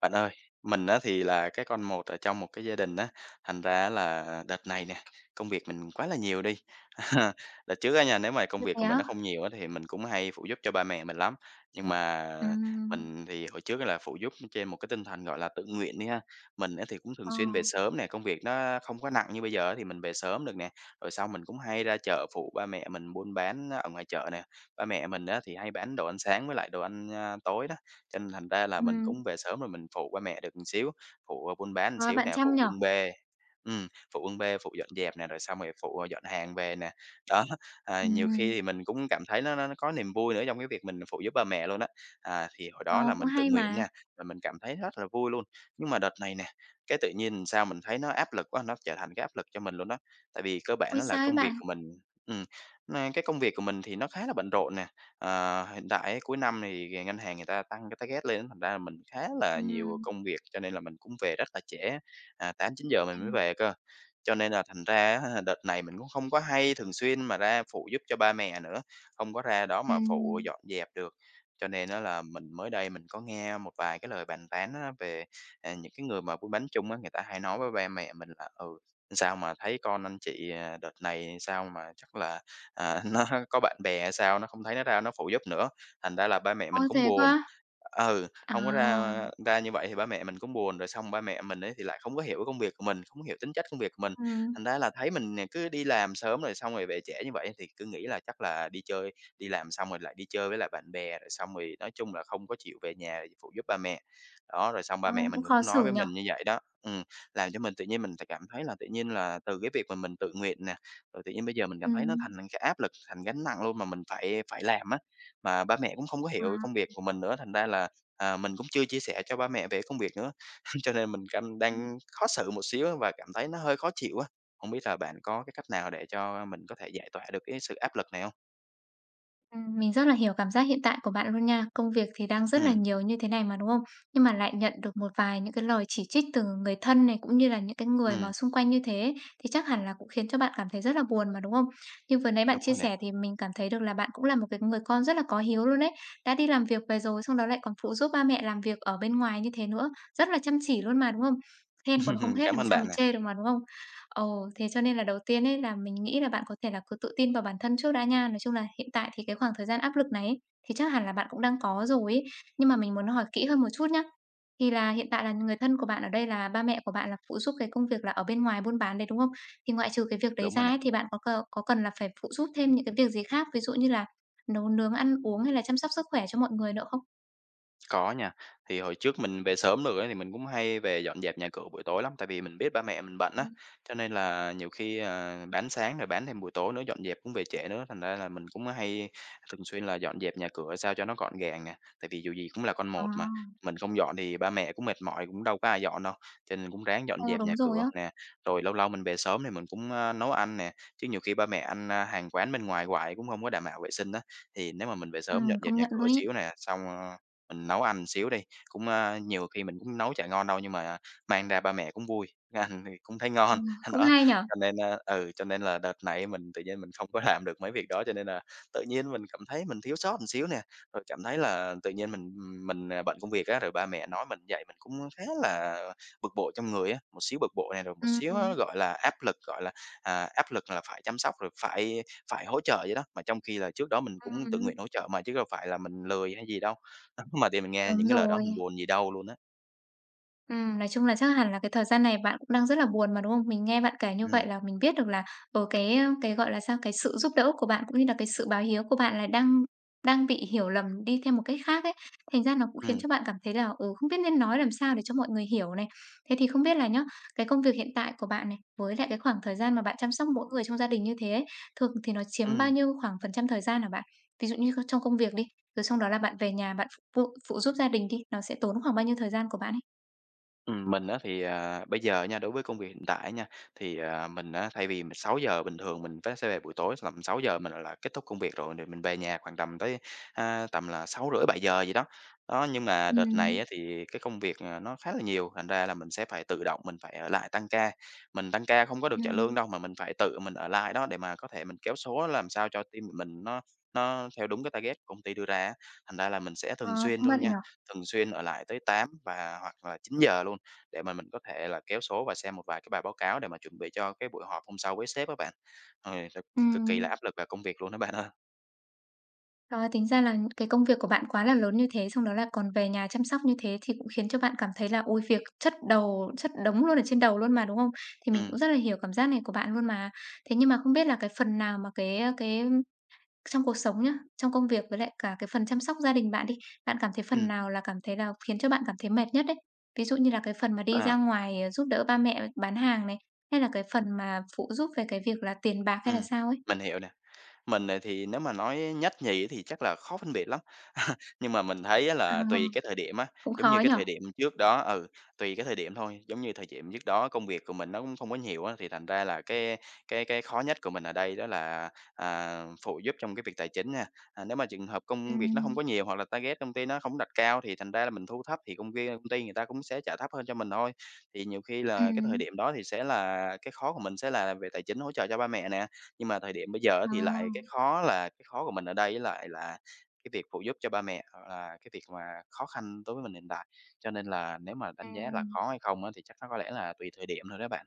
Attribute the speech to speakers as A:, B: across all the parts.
A: Bạn ơi, mình á thì là cái con một ở trong một cái gia đình á, thành ra á là đợt này nè, công việc mình quá là nhiều đi. Đợt trước á nha, nếu mà công
B: Ơ,
A: việc
B: thế
A: của mình
B: á?
A: nó không nhiều á thì mình cũng hay phụ giúp cho ba mẹ mình lắm. Nhưng mà
B: Ừm,
A: mình thì hồi trước á là phụ giúp trên một cái tinh thần, gọi là, tự nguyện đi ha. Mình á thì cũng thường
B: ờ,
A: xuyên về sớm nè, công việc nó không có nặng như bây giờ á thì mình về sớm được nè. Rồi sau mình cũng hay ra chợ phụ ba mẹ mình buôn bán ở ngoài chợ nè. Ba mẹ mình á thì hay bán đồ ăn sáng với lại đồ ăn, tối đó. Cho nên thành ra là mình
B: ừm,
A: cũng về sớm rồi mình phụ qua mẹ được một xíu, phụ, buôn bán một
B: trời,
A: xíu
B: bạn
A: nè,
B: chăm
A: phụ
B: nhỉ?
A: bưng bê, ừm, phụ bưng bê, phụ dọn dẹp nè, rồi xong rồi phụ, dọn hàng về nè. Đó, à, nhiều khi
B: Ừm,
A: thì mình cũng cảm thấy nó có niềm vui nữa trong cái việc mình phụ giúp ba mẹ luôn á. À, thì hồi
B: ờ,
A: đó là
B: cũng
A: mình tự
B: hay
A: nguyện
B: mà.
A: nha, rồi mình cảm thấy rất là vui luôn. Nhưng mà đợt này nè, cái tự nhiên sao mình thấy nó áp lực quá, nó trở thành cái áp lực cho mình luôn đó. Tại vì cơ bản
B: Ôi,
A: nó là
B: sao ấy
A: công việc
B: bạn?
A: của mình, ừm, cái công việc của mình thì nó khá là bận rộn nè. Ờ, hiện tại ấy, cuối năm thì ngân hàng người ta tăng cái target lên, thành ra là mình khá là nhiều
B: Ừm,
A: công việc, cho nên là mình cũng về rất là trễ, à, 8 9 giờ mình mới
B: ừm,
A: về cơ. Cho nên là thành ra á, đợt này mình cũng không có hay thường xuyên mà ra phụ giúp cho ba mẹ nữa, không có ra đó mà phụ
B: ừm,
A: dọn dẹp được. Cho nên á là mình mới đây mình có nghe một vài cái lời bàn tán á về, à, những cái người mà buôn bán chung á, người ta hay nói với ba mẹ mình là "Ừ, sao mà thấy con anh chị, à, đợt này sao mà chắc là à, nó có bạn bè hay sao, nó không thấy nó ra nó phụ giúp nữa, thành ra là ba mẹ
B: ôi,
A: mình cũng
B: thế cơ
A: buồn."
B: á?
A: Ừ, không có
B: À,
A: ra ra như vậy thì ba mẹ mình cũng buồn, rồi xong ba mẹ mình ấy thì lại không có hiểu công việc của mình, không có hiểu tính chất công việc của mình,
B: ừm,
A: thành ra là thấy mình nè cứ đi làm sớm rồi xong rồi về trễ như vậy thì cứ nghĩ là chắc là đi chơi, đi làm xong rồi lại đi chơi với lại bạn bè, rồi xong rồi nói chung là không có chịu về nhà để phụ giúp ba mẹ. Đó, rồi xong
B: ờ,
A: ba mẹ
B: cũng
A: mình
B: khó
A: cũng nói
B: xử
A: với
B: nhỉ?
A: mình như vậy đó, làm cho mình tự nhiên mình th cảm thấy là tự nhiên là từ cái việc mà mình tự nguyện nè, rồi tự nhiên bây giờ mình cảm thấy nó thành
B: Ừm,
A: cái áp lực, thành gánh nặng luôn mà mình phải phải làm á, mà ba mẹ cũng không có
B: à.
A: hiểu công việc của mình nữa, thành ra là, à, mình cũng chưa chia sẻ cho ba mẹ về công việc nữa. Cho nên mình canh đang khó xử một xíu á và cảm thấy nó hơi khó chịu á. Không biết là bạn có cái cách nào để cho mình có thể giải tỏa được cái sự áp lực này không?
B: Mình rất là hiểu cảm giác hiện tại của bạn luôn nha. Công việc thì đang rất là
A: Ừ,
B: nhiều như thế này mà, đúng không? Nhưng mà lại nhận được một vài những cái lời chỉ trích từ người thân này, cũng như là những cái người mà
A: ừm,
B: xung quanh như thế ấy, thì chắc hẳn là cũng khiến cho bạn cảm thấy rất là buồn mà, đúng không? Nhưng vừa nãy bạn
A: đúng
B: chia
A: rồi nè.
B: sẻ thì mình cảm thấy được là bạn cũng là một cái người con rất là có hiếu luôn đấy. Đã đi làm việc về rồi, xong đó lại còn phụ giúp ba mẹ làm việc ở bên ngoài như thế nữa, rất là chăm chỉ luôn mà, đúng không? Khen còn không hết
A: Cảm
B: làm
A: ơn
B: sao mà
A: bạn nè,
B: chê được mà, đúng không? Ồ, thế cho nên là đầu tiên ấy là mình nghĩ là bạn có thể là cứ tự tin vào bản thân trước đã nha. Nói chung là hiện tại thì cái khoảng thời gian áp lực này ấy, thì chắc hẳn là bạn cũng đang có rồi ấy. Nhưng mà mình muốn hỏi kỹ hơn một chút nhá. Thì là hiện tại là người thân của bạn ở đây là ba mẹ của bạn là phụ giúp cái công việc là ở bên ngoài buôn bán đấy đúng không? Thì ngoại trừ cái việc đấy
A: đúng
B: ra
A: rồi nè.
B: ấy, thì bạn có có cần là phải phụ giúp thêm những cái việc gì khác, ví dụ như là nấu nướng ăn uống hay là chăm sóc sức khỏe cho mọi người nữa không?
A: Có nha. Thì hồi trước mình về sớm được ấy, thì mình cũng hay về dọn dẹp nhà cửa buổi tối lắm, tại vì mình biết ba mẹ mình bận
B: Ừ.
A: á, cho nên là nhiều khi, à, bán sáng rồi bán thêm buổi tối nữa, dọn dẹp cũng về trễ nữa, thành ra là mình cũng hay thường xuyên là dọn dẹp nhà cửa sao cho nó gọn gàng nè. Tại vì dù gì cũng là con
B: À,
A: một mà, mình không dọn thì ba mẹ cũng mệt mỏi, cũng đâu có ai dọn đâu, cho nên cũng ráng dọn
B: ồ
A: dẹp nhà
B: đúng rồi
A: cửa
B: á.
A: nè. Rồi lâu lâu mình về sớm thì mình cũng, nấu ăn nè, chứ nhiều khi ba mẹ ăn, hàng quán bên ngoài hoài cũng không có đảm bảo vệ sinh á, thì nếu mà mình về
B: Ừ,
A: sớm dọn dẹp
B: công
A: nhà
B: nhận
A: cửa
B: luôn ý.
A: xíu nè, xong, mình nấu ăn xíu đi, cũng, nhiều khi mình cũng nấu chả ngon đâu nhưng mà mang ra ba mẹ cũng vui, ăn thì cũng thấy
B: Ừ,
A: ngon,
B: cũng
A: đó.
B: hay nhở.
A: Cho nên, ừ, cho nên là đợt này mình tự nhiên mình không có làm được mấy việc đó, cho nên là tự nhiên mình cảm thấy mình thiếu sót một xíu nè, rồi cảm thấy là tự nhiên mình, à, bận công việc á, rồi ba mẹ nói mình vậy mình cũng khá là bực bội trong người á, một xíu bực bội này, rồi một
B: Ừ,
A: xíu
B: ừ,
A: á, gọi là, áp lực, gọi là, à, áp lực là phải chăm sóc, rồi phải phải hỗ trợ vậy đó. Mà trong khi là trước đó mình cũng tự
B: ừ.
A: nguyện hỗ trợ mà chứ đâu phải là mình lười hay gì đâu. Mà để mình nghe
B: Đúng
A: những cái lời đó
B: rồi.
A: mình buồn gì đâu luôn á.
B: Nói chung là chắc hẳn là cái thời gian này bạn cũng đang rất là buồn mà, đúng không? Mình nghe bạn kể như
A: Ừm,
B: vậy là mình biết được là, ở cái, gọi là sao, cái sự giúp đỡ của bạn cũng như là cái sự báo hiếu của bạn là đang đang bị hiểu lầm đi theo một cách khác ấy. Thành ra nó cũng khiến
A: ừm,
B: cho bạn cảm thấy là, ừ, không biết nên nói làm sao để cho mọi người hiểu này. Thế thì không biết là nhá, cái công việc hiện tại của bạn này, với lại cái khoảng thời gian mà bạn chăm sóc mỗi người trong gia đình như thế ấy, thường thì nó chiếm bao
A: ừm.
B: nhiêu khoảng phần trăm thời gian hả bạn? Ví dụ như trong công việc đi, rồi sau đó là bạn về nhà bạn phụ phụ giúp gia đình đi, nó sẽ tốn khoảng bao nhiêu thời gian của bạn ấy?
A: Mình á thì, à, bây giờ nha, đối với công việc hiện tại nha, thì, à, mình á thay vì mình 6 giờ bình thường mình phải sẽ về buổi tối tầm 6 giờ mình là kết thúc công việc rồi, rồi mình về nhà khoảng tầm tới, tầm là 6 rưỡi 7 giờ gì đó. Đó, nhưng mà đợt này
B: Ừm,
A: á thì cái công việc, à, nó khá là nhiều, thành ra là mình sẽ phải tự động mình phải ở lại tăng ca. Mình tăng ca không có được trả lương
B: ừm,
A: đâu, mà mình phải tự mình ở lại đó để mà có thể mình kéo số làm sao cho team của mình nó theo đúng cái target của công ty đưa ra á. Thành ra là mình sẽ
B: ờ,
A: thường xuyên
B: cũng bận
A: luôn nha,
B: nhỉ?
A: thường xuyên ở lại tới 8 và hoặc là 9 giờ luôn. Để mà mình có thể là kéo số và xem một vài cái bài báo cáo để mà chuẩn bị cho cái buổi họp hôm sau với sếp á bạn. Rồi cực cực kỳ là
B: Ừm,
A: áp lực và công việc luôn đó bạn ơi.
B: trời ơi, tính ra là cái công việc của bạn quá là lớn như thế, xong đó là còn về nhà chăm sóc như thế thì cũng khiến cho bạn cảm thấy là ôi, việc chất đầu chất đống luôn ở trên đầu luôn mà, đúng không? Thì mình
A: Ừm,
B: cũng rất là hiểu cảm giác này của bạn luôn mà. Thế nhưng mà không biết là cái phần nào mà cái trong cuộc sống nhá, trong công việc với lại cả cái phần chăm sóc gia đình bạn đi, bạn cảm thấy phần
A: ừm,
B: nào là cảm thấy là khiến cho bạn cảm thấy mệt nhất đấy? Ví dụ như là cái phần mà đi ra
A: à,
B: ngoài, ờ, giúp đỡ ba mẹ bán hàng này, hay là cái phần mà phụ giúp về cái việc là tiền bạc hay là
A: ừm,
B: sao ấy?
A: mình hiểu nè. Mình, thì nếu mà nói nhất nhì thì chắc là khó phân biệt lắm. Nhưng mà mình thấy á
B: Ờ,
A: là tùy cái thời điểm á,
B: cũng
A: giống
B: khó
A: như cái
B: nhỉ?
A: thời điểm trước đó tùy cái thời điểm thôi, giống như thời điểm trước đó công việc của mình nó cũng không có nhiều á, thì thành ra là cái khó nhất của mình ở đây đó là, à, phụ giúp trong cái việc tài chính nha. À, nếu mà trường hợp công việc nó không
B: Ừm,
A: có nhiều hoặc là target công ty nó không đặt cao thì thành ra là mình thu thấp thì công ty người ta cũng sẽ trả thấp hơn cho mình thôi. Thì nhiều khi là cái thời
B: ừm,
A: điểm đó thì sẽ là cái khó của mình sẽ là về tài chính hỗ trợ cho ba mẹ nè, nhưng mà thời điểm bây giờ á
B: ờ,
A: thì lại cái khó của mình ở đây lại là cái việc phụ giúp cho ba mẹ, là cái việc mà khó khăn đối với mình hiện tại, cho nên là nếu mà đánh giá là
B: ừm.
A: khó hay không á, thì chắc nó có lẽ là tùy thời điểm thôi đó bạn.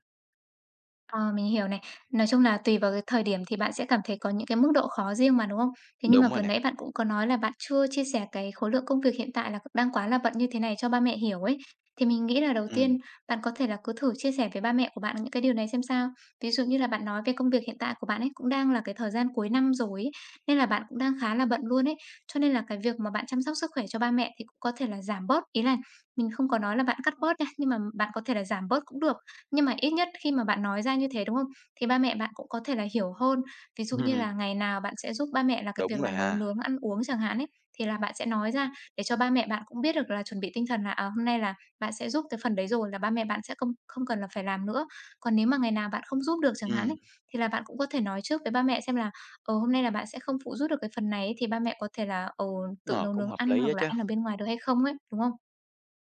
B: Ờ, mình hiểu này. Nói chung là tùy vào cái thời điểm thì bạn sẽ cảm thấy có những cái mức độ khó riêng mà, đúng không? Thế nhưng mà
A: Đúng rồi
B: vừa
A: nè,
B: nãy bạn cũng có nói là bạn chưa chia sẻ cái khối lượng công việc hiện tại là đang quá là bận như thế này cho ba mẹ hiểu ấy. Thì mình nghĩ là đầu
A: ừm,
B: tiên bạn có thể là cứ thử chia sẻ với ba mẹ của bạn những cái điều này xem sao. Ví dụ như là bạn nói về công việc hiện tại của bạn ấy cũng đang là cái thời gian cuối năm rồi ấy, nên là bạn cũng đang khá là bận luôn ấy. Cho nên là cái việc mà bạn chăm sóc sức khỏe cho ba mẹ thì cũng có thể là giảm bớt. Ý là mình không có nói là bạn cắt bớt nha, nhưng mà bạn có thể là giảm bớt cũng được. Nhưng mà ít nhất khi mà bạn nói ra như thế, đúng không? Thì ba mẹ bạn cũng có thể là hiểu hơn. Ví dụ như là ngày nào bạn sẽ giúp ba mẹ là cái việc
A: đúng
B: là
A: rồi
B: nấu
A: ha,
B: nướng, ăn uống chẳng hạn ấy, thì là bạn sẽ nói ra để cho ba mẹ bạn cũng biết được là chuẩn bị tinh thần là, à, hôm nay là bạn sẽ giúp cái phần đấy rồi là ba mẹ bạn sẽ không không cần là phải làm nữa. Còn nếu mà ngày nào bạn không giúp được chẳng hạn
A: ừm,
B: ấy, thì là bạn cũng có thể nói trước với ba mẹ xem là, ờ, hôm nay là bạn sẽ không phụ giúp được cái phần này ấy, thì ba mẹ có thể là, ừ, tự
A: ờ,
B: nấu
A: cũng
B: nướng
A: hợp
B: ăn
A: lý
B: hoặc
A: á
B: là
A: chớ.
B: ăn ở bên ngoài được hay không ấy, đúng không?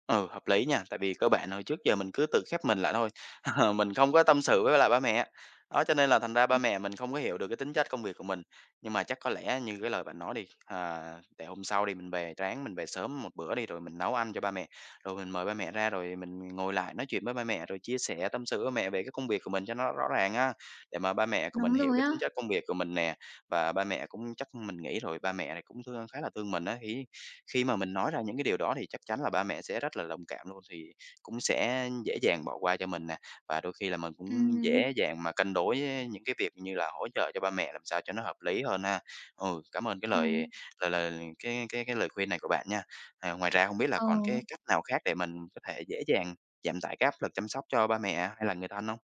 A: Ừ, hợp lý nha, tại vì cơ bản hồi trước giờ mình cứ tự khép mình lại thôi, mình không có tâm sự với lại ba mẹ. Đó, cho nên là thành ra ba mẹ mình không có hiểu được cái tính chất công việc của mình. Nhưng mà chắc có lẽ như cái lời bạn nói đi, à, để hôm sau đi mình về ráng mình về sớm một bữa đi, rồi mình nấu ăn cho ba mẹ, rồi mình mời ba mẹ ra, rồi mình ngồi lại nói chuyện với ba mẹ, rồi chia sẻ tâm sự với mẹ về cái công việc của mình cho nó rõ ràng á, để mà ba mẹ của mình
B: Đúng
A: hiểu
B: rồi
A: cái
B: á.
A: tính chất công việc của mình nè. Và ba mẹ cũng chắc mình nghĩ rồi ba mẹ này cũng thương khá là thương mình á, ý. Khi mà mình nói ra những cái điều đó thì chắc chắn là ba mẹ sẽ rất là đồng cảm luôn, thì cũng sẽ dễ dàng bỏ qua cho mình nè, và đôi khi là mình cũng
B: Ừm,
A: dễ dàng mà cân đối những cái việc như là hỗ trợ cho ba mẹ làm sao cho nó hợp lý hơn ha. Ừ, cảm ơn cái
B: ừm,
A: lời lời lời cái lời khuyên này của bạn nha. À, ngoài ra không biết là
B: ờ.
A: còn cái cách nào khác để mình có thể dễ dàng giảm tải cái áp lực chăm sóc cho ba mẹ hay là người thân không.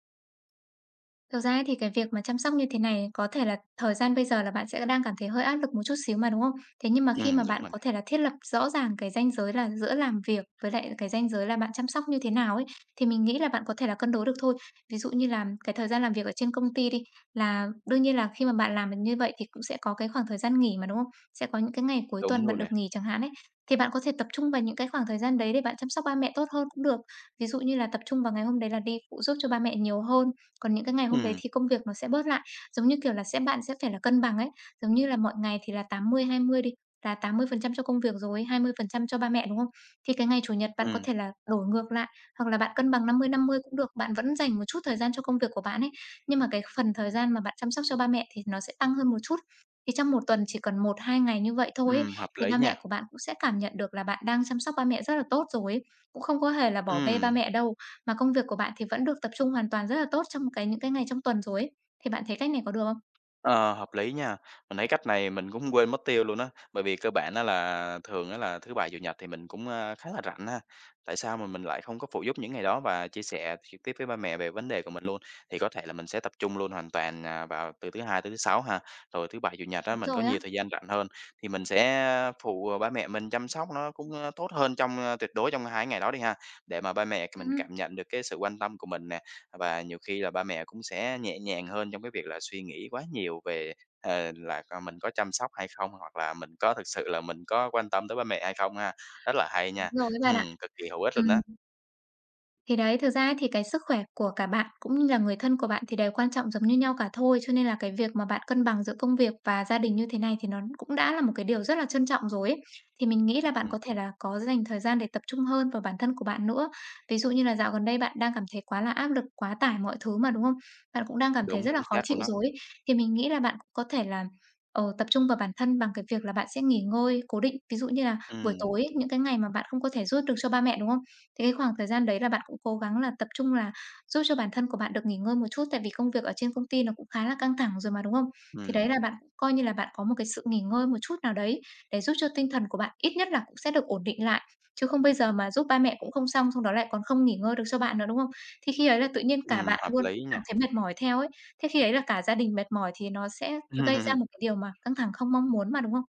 B: Thực ra ấy thì cái việc mà chăm sóc như thế này có thể là thời gian bây giờ là bạn sẽ đang cảm thấy hơi áp lực một chút xíu mà, đúng không? Thế nhưng mà khi mà
A: Đúng
B: bạn
A: rồi
B: có
A: nè,
B: thể là thiết lập rõ ràng cái ranh giới là giữa làm việc với lại cái ranh giới là bạn chăm sóc như thế nào ấy, thì mình nghĩ là bạn có thể là cân đối được thôi. Ví dụ như là cái thời gian làm việc ở trên công ty đi, là đương nhiên là khi mà bạn làm như vậy thì cũng sẽ có cái khoảng thời gian nghỉ mà, đúng không? Sẽ có những cái ngày cuối
A: đúng
B: tuần bạn
A: luôn nè.
B: được nghỉ chẳng hạn ấy. Thì bạn có thể tập trung vào những cái khoảng thời gian đấy để bạn chăm sóc ba mẹ tốt hơn cũng được. Ví dụ như là tập trung vào ngày hôm đấy là đi phụ giúp cho ba mẹ nhiều hơn còn những cái ngày hôm đấy
A: Ừm,
B: thì công việc nó sẽ bớt lại, giống như, kiểu là, sẽ bạn sẽ phải là cân bằng ấy, giống như là mọi ngày thì là 80-20 đi, là 80% cho công việc rồi 20% cho ba mẹ, đúng không? Thì cái ngày Chủ nhật bạn có
A: ừm,
B: thể là đổi ngược lại, hoặc là bạn cân bằng 50-50 cũng được, bạn vẫn dành một chút thời gian cho công việc của bạn ấy, nhưng mà cái phần thời gian mà bạn chăm sóc cho ba mẹ thì nó sẽ tăng hơn một chút. Thì trong một tuần chỉ cần một hai ngày như vậy thôi ấy,
A: hợp
B: thì
A: lý
B: ba mẹ
A: nha.
B: của bạn cũng sẽ cảm nhận được là bạn đang chăm sóc ba mẹ rất là tốt rồi ấy, cũng không có hề là bỏ bê ba
A: Ừm.
B: mẹ đâu. Mà công việc của bạn thì vẫn được tập trung hoàn toàn rất là tốt trong cái những cái ngày trong tuần rồi ấy, thì bạn thấy cách này có được không?
A: Ờ, hợp lý nha. Mình thấy cách này mình cũng quên mất tiêu luôn á, bởi vì cơ bản á là thường á là thứ Bảy, Chủ nhật thì mình cũng, a, khá là rảnh ha. Tại sao mà mình lại không có phụ giúp những ngày đó và chia sẻ trực tiếp với ba mẹ về vấn đề của mình luôn? Thì có thể là mình sẽ tập trung luôn hoàn toàn, à, vào từ thứ Hai tới thứ Sáu ha, rồi thứ Bảy, Chủ nhật á
B: Đúng
A: mình có
B: rồi á.
A: nhiều thời gian rảnh hơn thì mình sẽ phụ ba mẹ mình chăm sóc nó cũng, a, tốt hơn trong, a tuyệt đối trong 2 ngày đó đi ha, để mà ba mẹ mình
B: Ừm,
A: cảm nhận được cái sự quan tâm của mình nè, và nhiều khi là ba mẹ cũng sẽ nhẹ nhàng hơn trong cái việc là suy nghĩ quá nhiều về, là con mình có chăm sóc hay không, hoặc là mình có thực sự là mình có quan tâm tới ba mẹ hay không ha. Rất là hay
B: đúng
A: nha,
B: rồi ấy bạn ạ.
A: cực kỳ hữu ích luôn
B: Ừm.
A: đó.
B: Thì đấy, thực ra ấy thì cái sức khỏe của cả bạn cũng như là người thân của bạn thì đều quan trọng giống như nhau cả thôi, cho nên là cái việc mà bạn cân bằng giữa công việc và gia đình như thế này thì nó cũng đã là một cái điều rất là trân trọng rồi ấy. Thì mình nghĩ là bạn
A: Ừm,
B: có thể là có dành thời gian để tập trung hơn vào bản thân của bạn nữa. Ví dụ như là dạo gần đây bạn đang cảm thấy quá là áp lực, quá tải mọi thứ mà, đúng không? Bạn cũng đang cảm thấy
A: đúng,
B: rất là
A: chính
B: khó
A: xác
B: chịu
A: luôn đó.
B: rồi ấy. Thì mình nghĩ là bạn cũng có thể là ờ, tập trung vào bản thân bằng cái việc là bạn sẽ nghỉ ngơi cố định, ví dụ như là buổi
A: Ừm,
B: tối những cái ngày mà bạn không có thể giúp được cho ba mẹ, đúng không? Thế cái khoảng thời gian đấy là bạn cũng cố gắng là tập trung là giúp cho bản thân của bạn được nghỉ ngơi một chút, tại vì công việc ở trên công ty nó cũng khá là căng thẳng rồi mà, đúng không? Thì đấy
A: ừm,
B: là bạn cũng coi như là bạn có một cái sự nghỉ ngơi một chút nào đấy để giúp cho tinh thần của bạn ít nhất là cũng sẽ được ổn định lại, chứ không bây giờ mà giúp ba mẹ cũng không xong, xong đó lại còn không nghỉ ngơi được cho bạn nữa, đúng không? Thì khi ấy là tự nhiên cả bạn
A: hợp
B: luôn cũng
A: lý
B: cảm
A: nha.
B: thấy mệt mỏi theo ấy, thế khi ấy là cả gia đình mệt mỏi thì nó sẽ gây ra một cái điều mà căng thẳng không mong muốn mà, đúng không?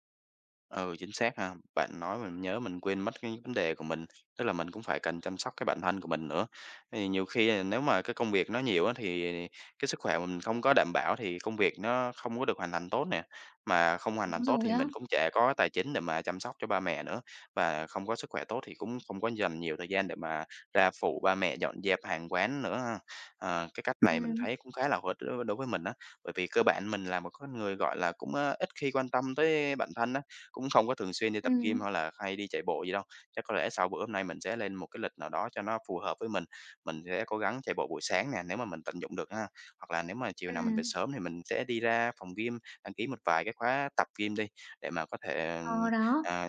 A: Ừ, chính xác ha. Bạn nói mình nhớ mình quên mất cái vấn đề của mình, tức là mình cũng phải cần chăm sóc cái bản thân của mình nữa. Thì nhiều khi là nếu mà cái công việc nó nhiều á thì cái sức khỏe mà mình không có đảm bảo thì công việc nó không có được hoàn thành tốt nè. Mà không hoàn
B: Đúng
A: thành tốt
B: rồi
A: thì
B: á.
A: mình cũng chả có tài chính để mà chăm sóc cho ba mẹ nữa. Và không có sức khỏe tốt thì cũng không có dành nhiều thời gian để mà ra phụ ba mẹ dọn dẹp hàng quán nữa ha. Ờ, cái cách
B: Ừ,
A: này mình thấy cũng khá là hữu ích đối đối với mình á, bởi vì cơ bản mình là một con người, gọi là, cũng, ít khi quan tâm tới bản thân á cũng không có thường xuyên đi
B: ừ,
A: tập gym hay là hay đi chạy bộ gì đâu. Chắc có lẽ sau bữa hôm nay mình sẽ lên một cái lịch nào đó cho nó phù hợp với mình. Mình sẽ cố gắng chạy bộ buổi sáng nè, nếu mà mình tận dụng được ha. Hoặc là nếu mà chiều nào mình về
B: ừm.
A: sớm thì mình sẽ đi ra phòng gym, đăng ký một vài cái khóa tập gym đi để mà có thể,
B: Ờ, đó.
A: à,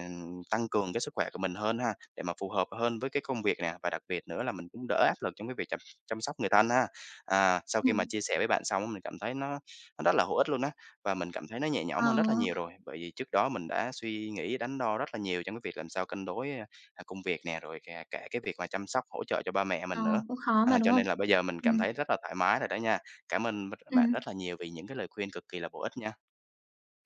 A: tăng cường cái sức khỏe của mình hơn ha, để mà phù hợp hơn với cái công việc nè, và đặc biệt nữa là mình cũng đỡ áp lực trong cái việc chăm chăm sóc người thân ha. À, sau khi mà
B: Ừm,
A: chia sẻ với bạn xong á, mình cảm thấy nó rất là hữu ích luôn á. Và mình cảm thấy nó nhẹ nhõm
B: ờ.
A: hơn rất là nhiều rồi, bởi vì trước đó mình đã suy nghĩ đắn đo rất là nhiều trong cái việc làm sao cân đối, công việc nè, rồi kể cả cái việc mà chăm sóc, hỗ trợ cho ba mẹ
B: Ờ,
A: mình nữa.
B: cũng khó mà,
A: À,
B: đúng
A: cho
B: không?
A: nên là bây giờ mình cảm
B: Ừm,
A: thấy rất là thoải mái rồi đó nha. Cảm ơn bạn
B: ừm,
A: rất là nhiều vì những cái lời khuyên cực kỳ là bổ ích nha.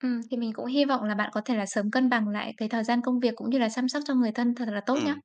B: thì mình cũng hy vọng là bạn có thể là sớm cân bằng lại cái thời gian công việc cũng như là chăm sóc cho người thân thật là tốt nhá.
A: Ừm.